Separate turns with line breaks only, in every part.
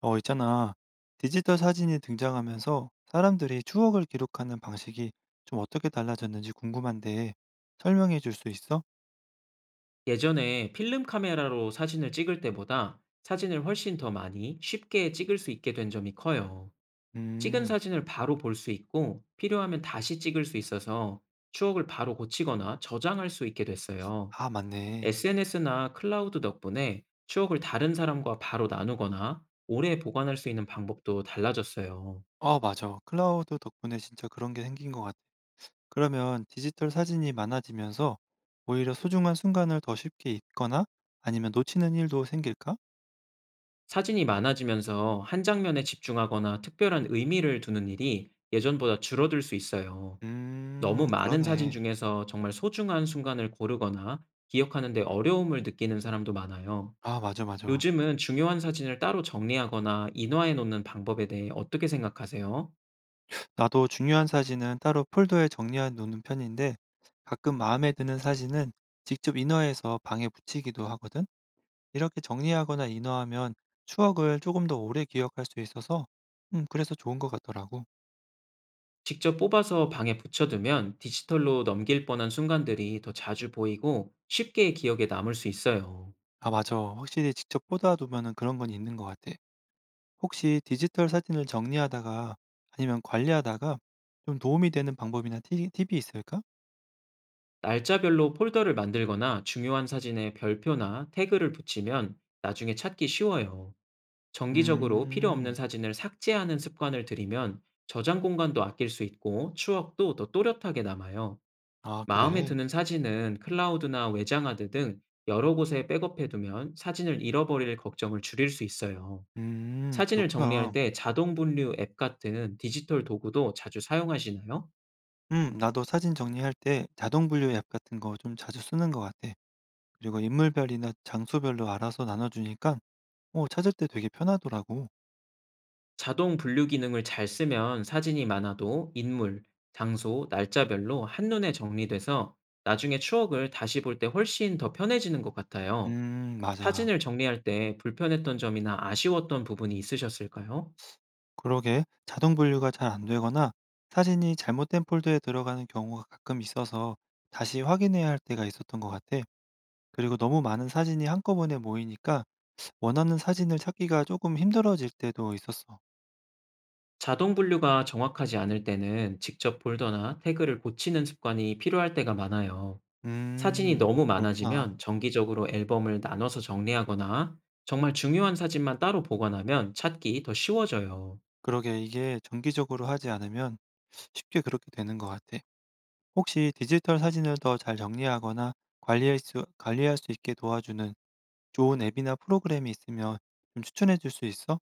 어, 있잖아. 디지털 사진이 등장하면서 사람들이 추억을 기록하는 방식이 좀 어떻게 달라졌는지 궁금한데 설명해 줄 수 있어?
예전에 필름 카메라로 사진을 찍을 때보다 사진을 훨씬 더 많이 쉽게 찍을 수 있게 된 점이 커요. 찍은
음,
사진을 바로 볼 수 있고 필요하면 다시 찍을 수 있어서 추억을 바로 고치거나 저장할 수 있게 됐어요.
아, 맞네.
SNS나 클라우드 덕분에 추억을 다른 사람과 바로 나누거나 오래 보관할 수 있는 방법도 달라졌어요.
어, 맞아. 클라우드 덕분에 진짜 그런 게 생긴 것 같아. 그러면 디지털 사진이 많아지면서 오히려 소중한 순간을 더 쉽게 잊거나 아니면 놓치는 일도 생길까?
사진이 많아지면서 한 장면에 집중하거나 특별한 의미를 두는 일이 예전보다 줄어들 수 있어요. 너무 많은 사진
그러네.
중에서 정말 소중한 순간을 고르거나 기억하는 데 어려움을 느끼는 사람도 많아요.
아, 맞아, 맞아.
요즘은 중요한 사진을 따로 정리하거나 인화해 놓는 방법에 대해 어떻게 생각하세요?
나도 중요한 사진은 따로 폴더에 정리해 놓는 편인데 가끔 마음에 드는 사진은 직접 인화해서 방에 붙이기도 하거든. 이렇게 정리하거나 인화하면 추억을 조금 더 오래 기억할 수 있어서 그래서 좋은 것 같더라고.
직접 뽑아서 방에 붙여두면 디지털로 넘길 뻔한 순간들이 더 자주 보이고 쉽게 기억에 남을 수 있어요.
아, 맞아. 확실히 직접 보다 두면은 그런 건 있는 것 같아. 혹시 디지털 사진을 정리하다가 아니면 관리하다가 좀 도움이 되는 방법이나 팁이 있을까?
날짜별로 폴더를 만들거나 중요한 사진에 별표나 태그를 붙이면 나중에 찾기 쉬워요. 정기적으로 필요 없는
음,
사진을 삭제하는 습관을 들이면 저장 공간도 아낄 수 있고 추억도 더 또렷하게 남아요.
아,
마음에
그래.
드는 사진은 클라우드나 외장하드 등 여러 곳에 백업해두면 사진을 잃어버릴 걱정을 줄일 수 있어요. 사진을 정리할
그렇구나.
때 자동 분류 앱 같은 디지털 도구도 자주 사용하시나요?
나도 사진 정리할 때 자동 분류 앱 같은 거 좀 자주 쓰는 것 같아. 그리고 인물별이나 장소별로 알아서 나눠주니까 어, 찾을 때 되게 편하더라고.
자동 분류 기능을 잘 쓰면 사진이 많아도 인물, 장소, 날짜별로 한눈에 정리돼서 나중에 추억을 다시 볼 때 훨씬 더 편해지는 것 같아요.
맞아.
사진을 정리할 때 불편했던 점이나 아쉬웠던 부분이 있으셨을까요?
그러게 자동 분류가 잘 안 되거나 사진이 잘못된 폴더에 들어가는 경우가 가끔 있어서 다시 확인해야 할 때가 있었던 것 같아. 그리고 너무 많은 사진이 한꺼번에 모이니까 원하는 사진을 찾기가 조금 힘들어질 때도 있었어.
자동 분류가 정확하지 않을 때는 직접 폴더나 태그를 고치는 습관이 필요할 때가 많아요. 사진이
음,
너무
그렇구나.
많아지면 정기적으로 앨범을 나눠서 정리하거나 정말 중요한 사진만 따로 보관하면 찾기 더 쉬워져요.
그러게 이게 정기적으로 하지 않으면 쉽게 그렇게 되는 것 같아. 혹시 디지털 사진을 더 잘 정리하거나 관리할 수 있게 도와주는 좋은 앱이나 프로그램이 있으면 좀 추천해 줄 수 있어?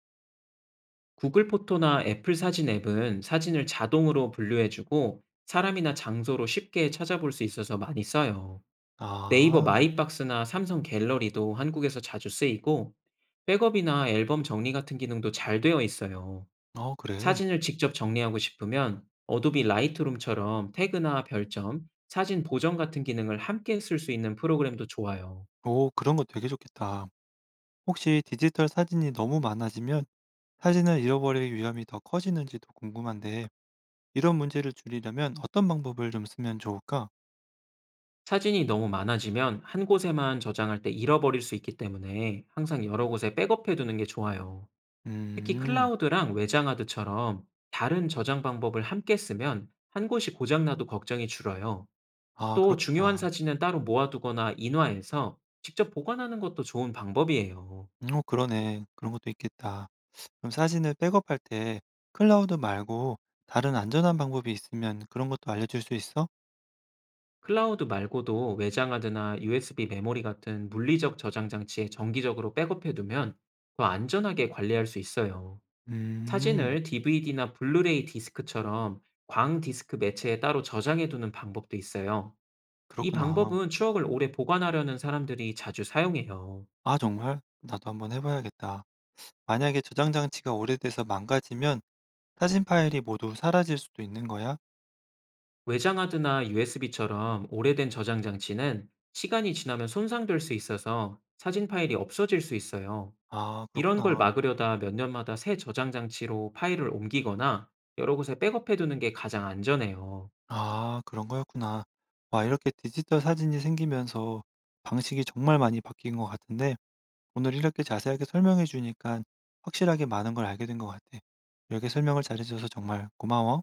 구글 포토나 애플 사진 앱은 사진을 자동으로 분류해주고 사람이나 장소로 쉽게 찾아볼 수 있어서 많이 써요. 네이버
아,
마이박스나 삼성 갤러리도 한국에서 자주 쓰이고, 백업이나 앨범 정리 같은 기능도 잘 되어 있어요.
어, 그래.
사진을 직접 정리하고 싶으면 어도비 라이트룸처럼 태그나 별점, 사진 보정 같은 기능을 함께 쓸 수 있는 프로그램도 좋아요.
오, 그런 거 되게 좋겠다. 혹시 디지털 사진이 너무 많아지면 사진을 잃어버릴 위험이 더 커지는지도 궁금한데, 이런 문제를 줄이려면 어떤 방법을 좀 쓰면 좋을까?
사진이 너무 많아지면 한 곳에만 저장할 때 잃어버릴 수 있기 때문에 항상 여러 곳에 백업해 두는 게 좋아요. 특히
음,
클라우드랑 외장하드처럼 다른 저장 방법을 함께 쓰면 한 곳이 고장나도 걱정이 줄어요.
아,
또 중요한
그렇겠다.
사진은 따로 모아두거나 인화해서 직접 보관하는 것도 좋은 방법이에요.
어, 그러네. 그런 것도 있겠다. 그럼 사진을 백업할 때 클라우드 말고 다른 안전한 방법이 있으면 그런 것도 알려줄 수 있어?
클라우드 말고도 외장하드나 USB 메모리 같은 물리적 저장 장치에 정기적으로 백업해 두면 더 안전하게 관리할 수 있어요.
음,
사진을 DVD나 블루레이 디스크처럼 광 디스크 매체에 따로 저장해 두는 방법도 있어요. 이
그렇구나.
방법은 추억을 오래 보관하려는 사람들이 자주 사용해요.
아, 정말? 나도 한번 해봐야겠다. 만약에 저장 장치가 오래돼서 망가지면 사진 파일이 모두 사라질 수도 있는 거야?
외장하드나 USB처럼 오래된 저장 장치는 시간이 지나면 손상될 수 있어서 사진 파일이 없어질 수 있어요.
아,
이런 걸
그렇구나.
막으려다 몇 년마다 새 저장 장치로 파일을 옮기거나 여러 곳에 백업해 두는 게 가장 안전해요.
아, 그런 거였구나. 와, 이렇게 디지털 사진이 생기면서 방식이 정말 많이 바뀐 것 같은데 오늘 이렇게 자세하게 설명해 주니까 확실하게 많은 걸 알게 된 것 같아. 이렇게 설명을 잘해줘서 정말 고마워.